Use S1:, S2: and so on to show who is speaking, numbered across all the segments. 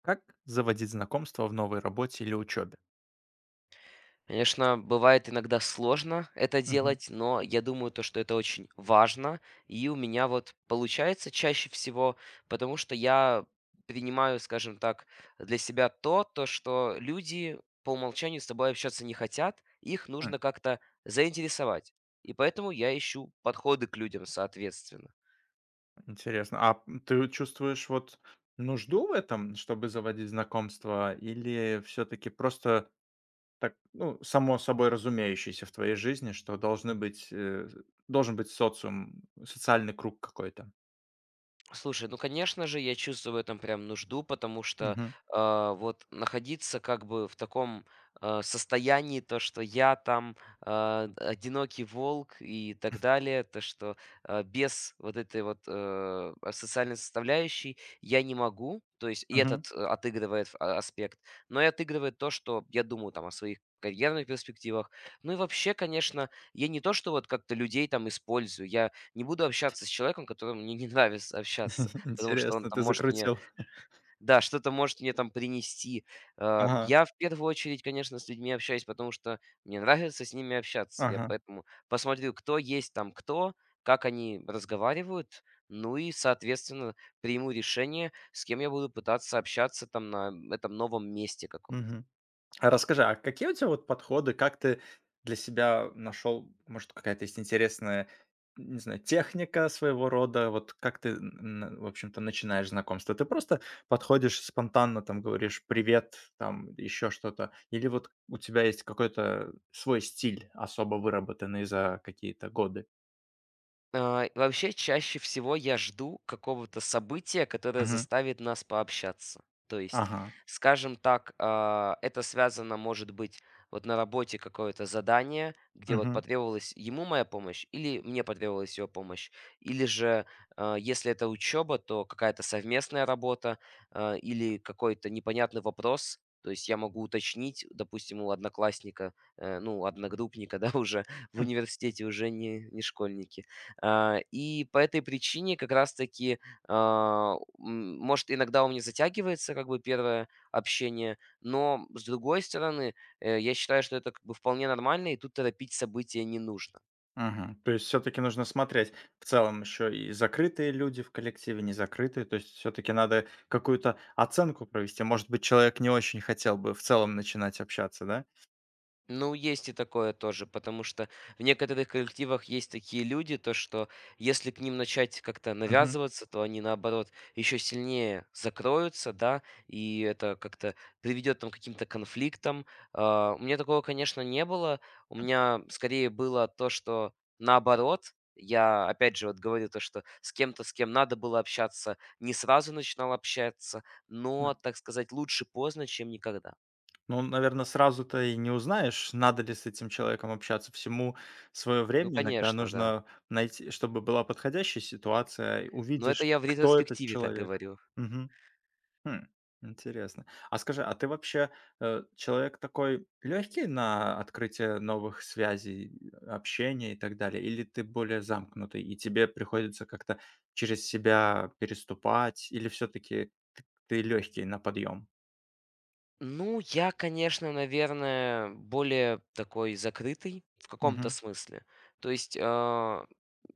S1: Как заводить знакомства в новой работе или учебе?
S2: Конечно, бывает иногда сложно это
S1: Мгм.
S2: делать, но я думаю, то, что это очень важно. И у меня вот получается чаще всего, потому что я принимаю, скажем так, для себя то, то, что люди по умолчанию с тобой общаться не хотят, их
S1: Хм,
S2: нужно как-то заинтересовать. И поэтому я ищу подходы к людям, соответственно.
S1: интересно. А п ты чувствуешь вот нужду в этом, чтобы заводить знакомства, или все-таки просто так, ну, само собой разумеющееся в твоей жизни, что должны быть, должен быть социум, социальный круг какой-то?
S2: Слушай, ну, конечно же, я чувствую в этом прям нужду, потому что,
S1: Мгм,
S2: вот находиться как бы в таком, состоянии, то, что я там, одинокий волк и так далее, то, что, без вот этой вот, социальной составляющей я не могу. То есть и
S1: мгм.
S2: этот, отыгрывает аспект, но и отыгрывает то, что я думаю там о своих карьерных перспективах. Ну и вообще, конечно, я не то, что вот как-то людей там использую, я не буду общаться с человеком, которому мне не нравится общаться, потому что он
S1: Интересно,
S2: там
S1: ты
S2: может мне,
S1: закрутил.
S2: да, что-то может мне там принести.
S1: Ага,
S2: Я в первую очередь, конечно, с людьми общаюсь, потому что мне нравится с ними общаться. Я
S1: ага,
S2: поэтому посмотрю, кто есть там кто, как они разговаривают, ну и, соответственно, приму решение, с кем я буду пытаться общаться там на этом новом месте каком-то.
S1: мгм. А расскажи, а какие у тебя вот подходы, как ты для себя нашел, может, какая-то есть интересная, не знаю, техника своего рода, вот как ты, в общем-то, начинаешь знакомство? Ты просто подходишь спонтанно, там, говоришь «привет», там, еще что-то, или вот у тебя есть какой-то свой стиль, особо выработанный за какие-то годы?
S2: Вообще, чаще всего я жду какого-то события, которое
S1: Мгм.
S2: заставит нас пообщаться. То есть,
S1: Ага.
S2: скажем так, это связано, может быть, вот на работе какое-то задание, где вот
S1: Мгм.
S2: потребовалась ему моя помощь, или мне потребовалась его помощь, или же, если это учеба, то какая-то совместная работа, или какой-то непонятный вопрос. То есть я могу уточнить, допустим, у одноклассника, ну, одногруппника, да, уже в университете уже не школьники и по этой причине как раз-таки, может, иногда у меня затягивается как бы первое общение, но, с другой стороны, я считаю, что это как бы вполне нормально, и тут торопить события не нужно.
S1: Мгм. То есть все-таки нужно смотреть в целом еще и закрытые люди в коллективе, не закрытые. То есть все-таки надо какую-то оценку провести. Может быть, человек не очень хотел бы в целом начинать общаться, да?
S2: Ну, есть и такое тоже, потому что в некоторых коллективах есть такие люди, то что если к ним начать как-то
S1: Мгм.
S2: навязываться, то они, наоборот, еще сильнее закроются, да, и это как-то приведет там к каким-то конфликтам. У меня такого, конечно, не было. У меня скорее было то, что наоборот, я, опять же, вот говорю то, что с кем-то, с кем надо было общаться, не сразу начинал общаться,
S1: М.
S2: но, так сказать, лучше поздно, чем никогда.
S1: Ну, наверное, сразу-то и не узнаешь, надо ли с этим человеком общаться. Всему свое
S2: Ну,
S1: время иногда
S2: конечно, да.
S1: нужно найти, чтобы была подходящая ситуация, и
S2: Но это
S1: увидишь,
S2: я в
S1: кто этот
S2: ретроспективе так
S1: человек.
S2: говорю.
S1: Мгм. Хм, интересно. А скажи, а ты вообще, человек такой легкий на открытие новых связей, общения и так далее? Или ты более замкнутый, и тебе приходится как-то через себя переступать? Или все-таки ты легкий на подъем?
S2: Ну, я, конечно, наверное, более такой закрытый в каком-то
S1: Мгм,
S2: смысле. То есть а,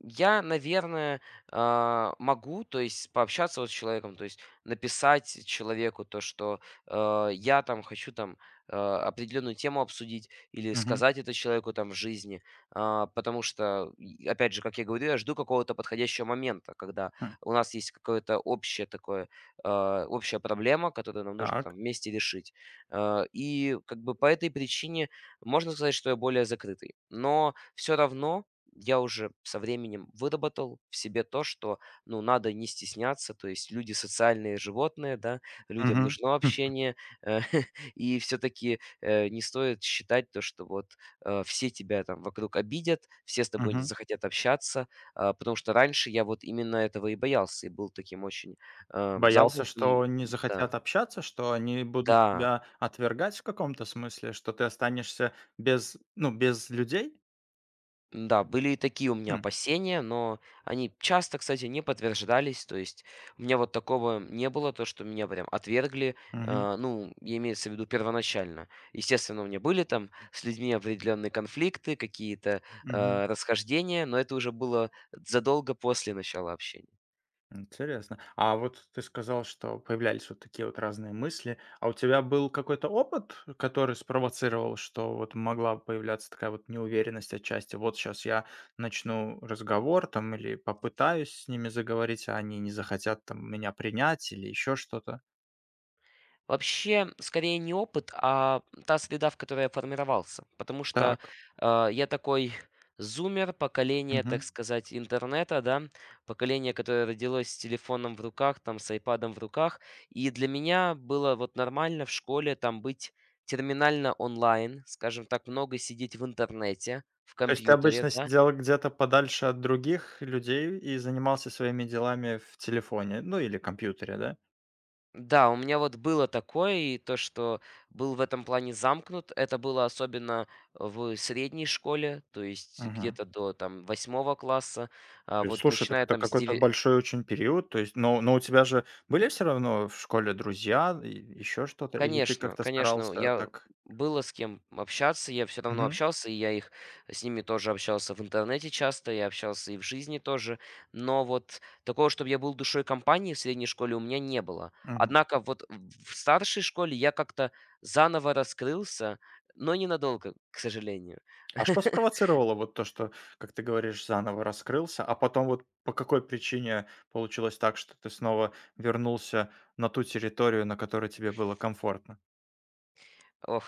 S2: я, наверное, могу, то есть пообщаться вот с человеком, то есть написать человеку то, что я там хочу там определенную тему обсудить или
S1: мгм,
S2: сказать это человеку там в жизни. Потому что, опять же, как я говорю, я жду какого-то подходящего момента, когда
S1: хм.
S2: у нас есть какое-то общее такое, общая проблема, которую нам нужно там
S1: Так.
S2: вместе решить. И как бы по этой причине можно сказать, что я более закрытый. Но все равно я уже со временем выработал в себе то, что ну, надо не стесняться, то есть люди социальные животные, да, людям
S1: Мгм,
S2: нужно
S1: хм,
S2: общение, э, и все-таки не стоит считать то, что вот все тебя там вокруг обидят, все с тобой не
S1: мгм.
S2: захотят общаться, потому что раньше я вот именно этого и боялся, и был таким очень
S1: Боялся,
S2: замкнутым,
S1: что не
S2: да,
S1: захотят общаться, что они будут
S2: да,
S1: тебя отвергать в каком-то смысле, что ты останешься без, ну, без людей?
S2: да были и такие у меня
S1: Хм,
S2: опасения, но они часто, кстати, не подтверждались. То есть у меня вот такого не было, то, что меня прям отвергли,
S1: мгм,
S2: ну, я имеется в виду первоначально. Естественно, у меня были там с людьми определенные конфликты, какие-то,
S1: мгм.
S2: расхождения, но это уже было задолго после начала общения.
S1: Интересно. А вот ты сказал, что появлялись вот такие вот разные мысли. А у тебя был какой-то опыт, который спровоцировал, что вот могла появляться такая вот неуверенность отчасти? Вот сейчас я начну разговор там или попытаюсь с ними заговорить, а они не захотят там меня принять или еще что-то.
S2: Вообще, скорее не опыт, а та среда, в которой я формировался. Потому что,
S1: Так.
S2: я такой зумер, поколение, так
S1: Мгм.
S2: сказать, интернета, да, поколение, которое родилось с телефоном в руках, там, с айпадом в руках. И для меня было вот нормально в школе там быть терминально онлайн, скажем так, много сидеть в интернете, в
S1: То есть ты
S2: компьютере,
S1: обычно
S2: да.
S1: сидел где-то подальше от других людей и занимался своими делами в телефоне, ну или компьютере, да?
S2: Да, у меня вот было такое, и то, что был в этом плане замкнут, это было особенно в средней школе, то есть
S1: Мгм.
S2: где-то до там восьмого класса, а вот
S1: Слушай, так
S2: начиная
S1: это
S2: там с
S1: какой-то
S2: 9
S1: большой очень период. То есть, но у тебя же были все равно в школе друзья, и еще что-то? Или ты
S2: конечно,
S1: как-то
S2: конечно,
S1: старался
S2: я
S1: так.
S2: было с кем общаться, я все равно
S1: Мгм,
S2: общался, и я их с ними тоже общался в интернете часто, я общался и в жизни тоже. Но вот такого, чтобы я был душой компании в средней школе, у меня не было.
S1: мгм.
S2: Однако вот в старшей школе я как-то заново раскрылся, но ненадолго, к сожалению.
S1: А что спровоцировало вот то, что, как ты говоришь, заново раскрылся, а потом вот по какой причине получилось так, что ты снова вернулся на ту территорию, на которой тебе было комфортно?
S2: Ох,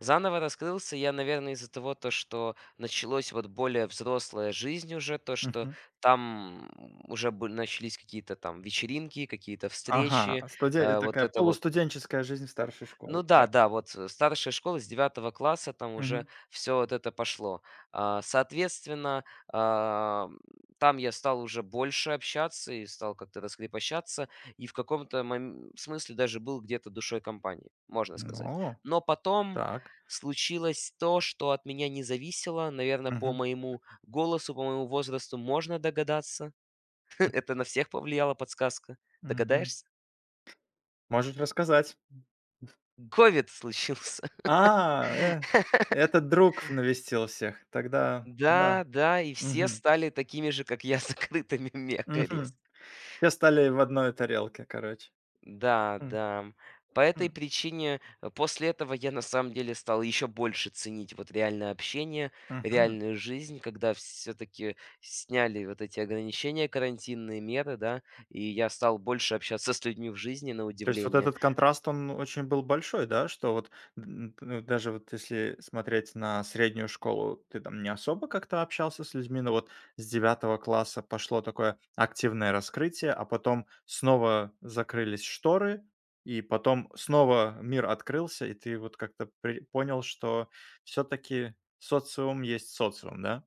S2: заново раскрылся я, наверное, из-за того, то, что началось вот более взрослая жизнь уже, то, что
S1: Мгм.
S2: там уже начались какие-то там вечеринки, какие-то
S1: Ага,
S2: встречи,
S1: студен
S2: вот
S1: такая
S2: это вот
S1: полустуденческая жизнь старшей школы.
S2: ну да,
S1: Так.
S2: да, вот, старшая школа с девятого класса там уже
S1: Мгм.
S2: все вот это пошло. Соответственно, ам, там я стал уже больше общаться и стал как-то раскрепощаться, и в каком-то мом смысле даже был где-то душой компании, можно сказать.
S1: Ну,
S2: Но потом
S1: так.
S2: случилось то, что от меня не зависело. Наверное, по
S1: Мгм,
S2: моему голосу, по моему возрасту можно догадаться. Это на всех повлияла подсказка.
S1: мгм.
S2: Догадаешься?
S1: Можешь рассказать.
S2: Ковид случился.
S1: А, этот друг навестил всех. Тогда
S2: Да,
S1: да.
S2: да, и все
S1: Мгм.
S2: стали такими же, как я, закрытыми мекарес.
S1: Мгм. Все стали в одной тарелке, короче.
S2: Да,
S1: М,
S2: да. По этой
S1: м.
S2: причине, после этого я на самом деле стал еще больше ценить вот реальное общение,
S1: Мгм.
S2: реальную жизнь, когда все-таки сняли вот эти ограничения, карантинные меры, да, и я стал больше общаться с людьми в жизни, на
S1: То есть вот
S2: удивление.
S1: этот контраст, он очень был большой, да? Что вот н н ну, даже вот если смотреть на среднюю школу, ты там не особо как-то общался с людьми, но вот с девятого класса пошло такое активное раскрытие, а потом снова закрылись шторы, и потом снова мир открылся, и ты вот как-то при понял, что все таки социум есть социум, да?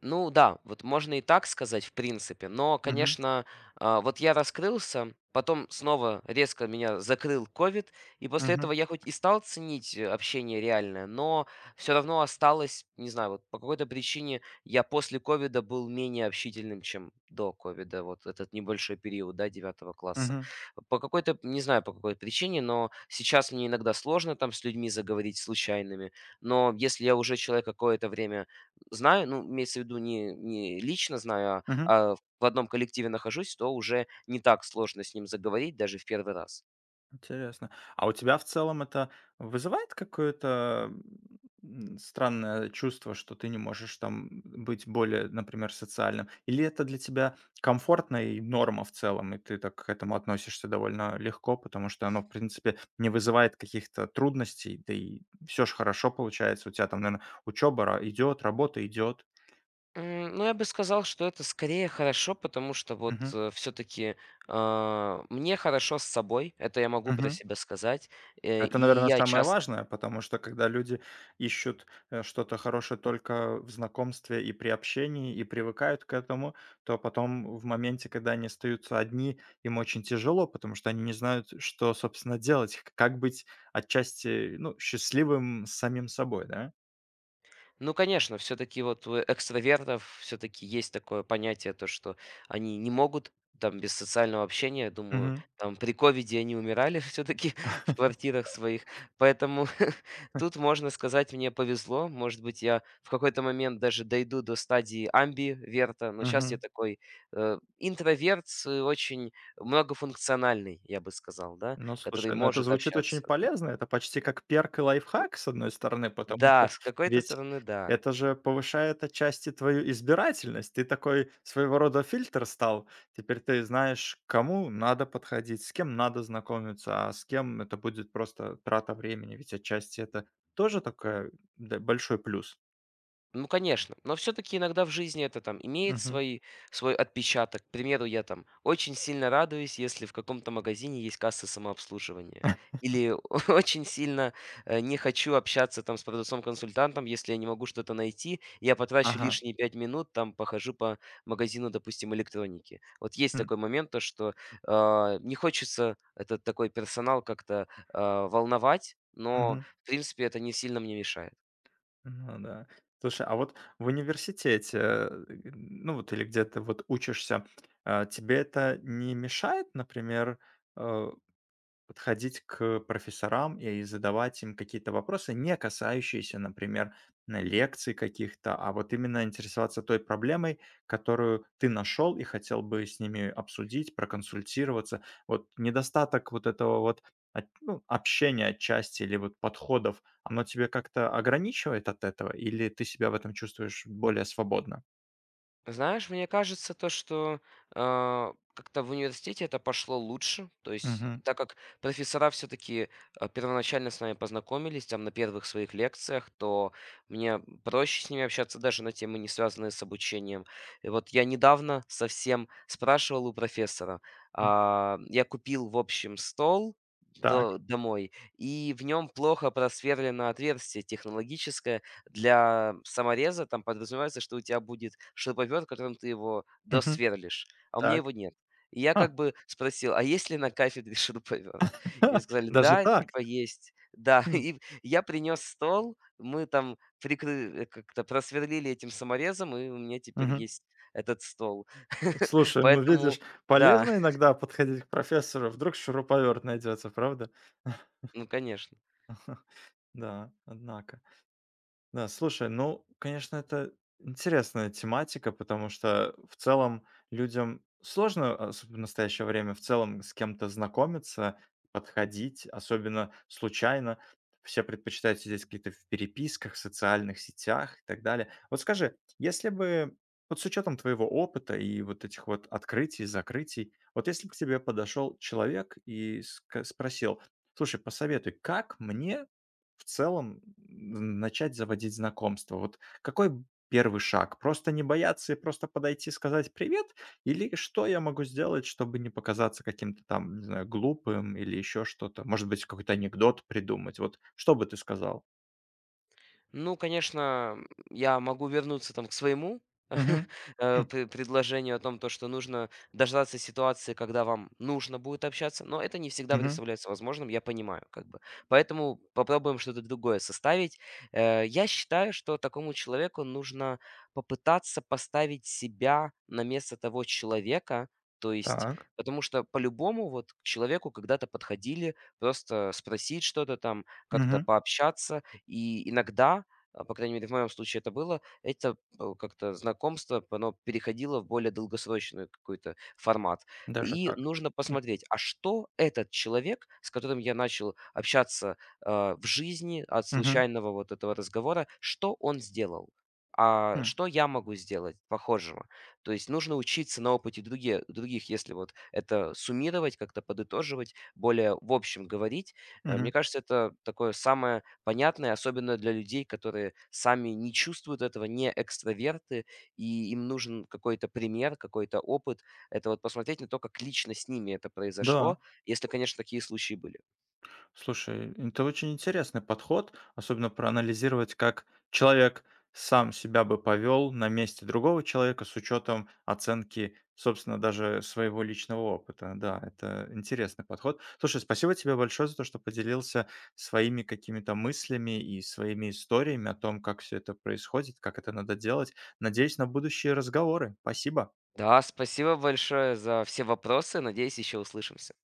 S2: Ну да, вот можно и так сказать, в принципе. Но,
S1: Мгм,
S2: конечно, вот я раскрылся, потом снова резко меня закрыл ковид, и после
S1: мгм,
S2: этого я хоть и стал ценить общение реальное, но все равно осталось, не знаю, вот по какой-то причине я после ковида был менее общительным, чем до ковида, вот этот небольшой период, да, девятого класса.
S1: мгм,
S2: По какой-то, не знаю, по какой причине, но сейчас мне иногда сложно там с людьми заговорить случайными, но если я уже человек какое-то время знаю, ну, имеется в виду не лично знаю,
S1: мгм.
S2: а в одном коллективе нахожусь, то уже не так сложно с ним заговорить даже в первый раз.
S1: Интересно. А у тебя в целом это вызывает какое-то странное чувство, что ты не можешь там быть более, например, социальным? Или это для тебя комфортная и норма в целом, и ты так к этому относишься довольно легко, потому что оно, в принципе, не вызывает каких-то трудностей, да и все же хорошо получается. У тебя там, наверное, учеба идет, работа идет.
S2: М, ну, я бы сказал, что это скорее хорошо, потому что вот, все таки мне хорошо с собой, это я могу про себя сказать, и
S1: Это, наверное,
S2: я
S1: самое
S2: часто
S1: важное, потому что когда люди ищут, что-то хорошее только в знакомстве и при общении, и привыкают к этому, то потом в моменте, когда они остаются одни, им очень тяжело, потому что они не знают, что, собственно, делать, к как быть отчасти, ну, счастливым с самим собой, да?
S2: ну, конечно, все-таки вот у экстравертов все-таки есть такое понятие, то, что они не могут там без социального общения, думаю,
S1: Мгм.
S2: там при ковиде они умирали все-таки в квартирах своих, поэтому тут можно сказать, мне повезло, может быть, я в какой-то момент даже дойду до стадии амбиверта, но сейчас я
S1: Мгм.
S2: такой интроверт, с очень многофункциональный, я бы сказал, да,
S1: Ну,
S2: который
S1: слушай, ну это
S2: может
S1: звучит очень
S2: общаться.
S1: полезно. Это почти как перк и лайфхак, с одной стороны, потому
S2: Да,
S1: что
S2: с какой-то
S1: ведь
S2: стороны, да.
S1: это же повышает отчасти твою избирательность. Ты такой своего рода фильтр стал. Теперь ты знаешь, к кому надо подходить, с кем надо знакомиться, а с кем это будет просто трата времени. Ведь отчасти это тоже такой большой плюс.
S2: Ну, конечно, но все таки иногда в жизни это там имеет
S1: Мгм.
S2: свои свой отпечаток. К примеру, я там очень сильно радуюсь, если в каком-то магазине есть касса самообслуживания. Или очень сильно, не хочу общаться там с продавцом-консультантом, если я не могу что-то найти. Я потрачу
S1: Ага.
S2: лишние 5 минут, там похожу по магазину, допустим, электроники. Вот есть
S1: М.
S2: такой момент, то что, не хочется этот такой персонал как-то, волновать, но,
S1: Мгм.
S2: в принципе, это не сильно мне мешает.
S1: Ну да. Слушай, а вот в университете, ну вот или где ты вот учишься, тебе это не мешает, например, э подходить к профессорам и задавать им какие-то вопросы, не касающиеся, например, на лекций каких-то, а вот именно интересоваться той проблемой, которую ты нашел и хотел бы с ними обсудить, проконсультироваться. Вот недостаток вот этого вот ну, общения отчасти или вот подходов, оно тебе как-то ограничивает от этого, или ты себя в этом чувствуешь более свободно?
S2: Знаешь, мне кажется, то, что как-то в университете это пошло лучше. То есть,
S1: Мгм.
S2: так как профессора все-таки первоначально с нами познакомились, там на первых своих лекциях, то мне проще с ними общаться даже на темы, не связанные с обучением. И вот я недавно совсем спрашивал у профессора.
S1: М.
S2: Я купил, в общем, стол
S1: Так.
S2: домой, и в нем плохо просверлено отверстие технологическое, для самореза там подразумевается, что у тебя будет шуруповерт, которым ты его
S1: Мгм.
S2: досверлишь, а у меня
S1: Так.
S2: его нет. И я
S1: А,
S2: как бы спросил: "А есть ли на кафедре шуруповерт?" И мне сказали:
S1: даже
S2: "Да,
S1: так.
S2: типа есть". Да,
S1: М,
S2: и я принес стол, мы там как-то просверлили этим саморезом, и у меня теперь
S1: мгм.
S2: есть этот стол.
S1: Слушай, ну видишь,
S2: Поэтому да,
S1: полезно иногда подходить к профессору, вдруг шуруповерт найдется, правда?
S2: ну, конечно.
S1: Да, однако. Да, слушай, ну, конечно, это интересная тематика, потому что в целом людям сложно, особенно в настоящее время, в целом с кем-то знакомиться, подходить, особенно случайно. Все предпочитают сидеть какие-то в переписках, социальных сетях и так далее. Вот скажи, если бы, вот с учетом твоего опыта и вот этих вот открытий, закрытий, вот если бы к тебе подошел человек и спросил, слушай, посоветуй, как мне в целом, начать заводить знакомство. Вот какой б первый шаг? Просто не бояться и просто подойти, сказать привет? Или что я могу сделать, чтобы не показаться каким-то там, не знаю, глупым или еще что-то? Может быть, какой-то анекдот придумать? Вот что бы ты сказал?
S2: Ну, конечно, я могу вернуться там к своему
S1: Мгм. М,
S2: предложению о том, то, что нужно дождаться ситуации, когда вам нужно будет общаться, но это не всегда
S1: мгм.
S2: представляется возможным, я понимаю, как бы. Поэтому попробуем что-то другое составить. Я считаю, что такому человеку нужно попытаться поставить себя на место того человека, то есть,
S1: Так.
S2: потому что по-любому вот к человеку когда-то подходили, просто спросить что-то там, как-то
S1: Мгм.
S2: пообщаться, и иногда, по крайней мере, в моем случае это было, это как-то знакомство, оно переходило в более долгосрочный какой-то формат.
S1: Даже
S2: И
S1: так.
S2: нужно
S1: М,
S2: посмотреть, а что этот человек, с которым я начал общаться в жизни от
S1: мгм,
S2: случайного вот этого разговора, что он сделал? А
S1: м,
S2: что я могу сделать похожего? То есть нужно учиться на опыте других, если вот это суммировать, как-то подытоживать, более в общем говорить. Мне
S1: мгм.
S2: кажется, это такое самое понятное, особенно для людей, которые сами не чувствуют этого, не экстраверты, и им нужен какой-то пример, какой-то опыт. Это вот посмотреть на то, как лично с ними это произошло,
S1: Да.
S2: если, конечно, такие случаи были.
S1: Слушай, это очень интересный подход, особенно проанализировать, как человек сам себя бы повел на месте другого человека с учетом оценки, собственно, даже своего личного опыта. Да, это интересный подход. Слушай, спасибо тебе большое за то, что поделился своими какими-то мыслями и своими историями о том, как все это происходит, как это надо делать. Надеюсь на будущие разговоры. Спасибо.
S2: Да, спасибо большое за все вопросы. Надеюсь, еще услышимся.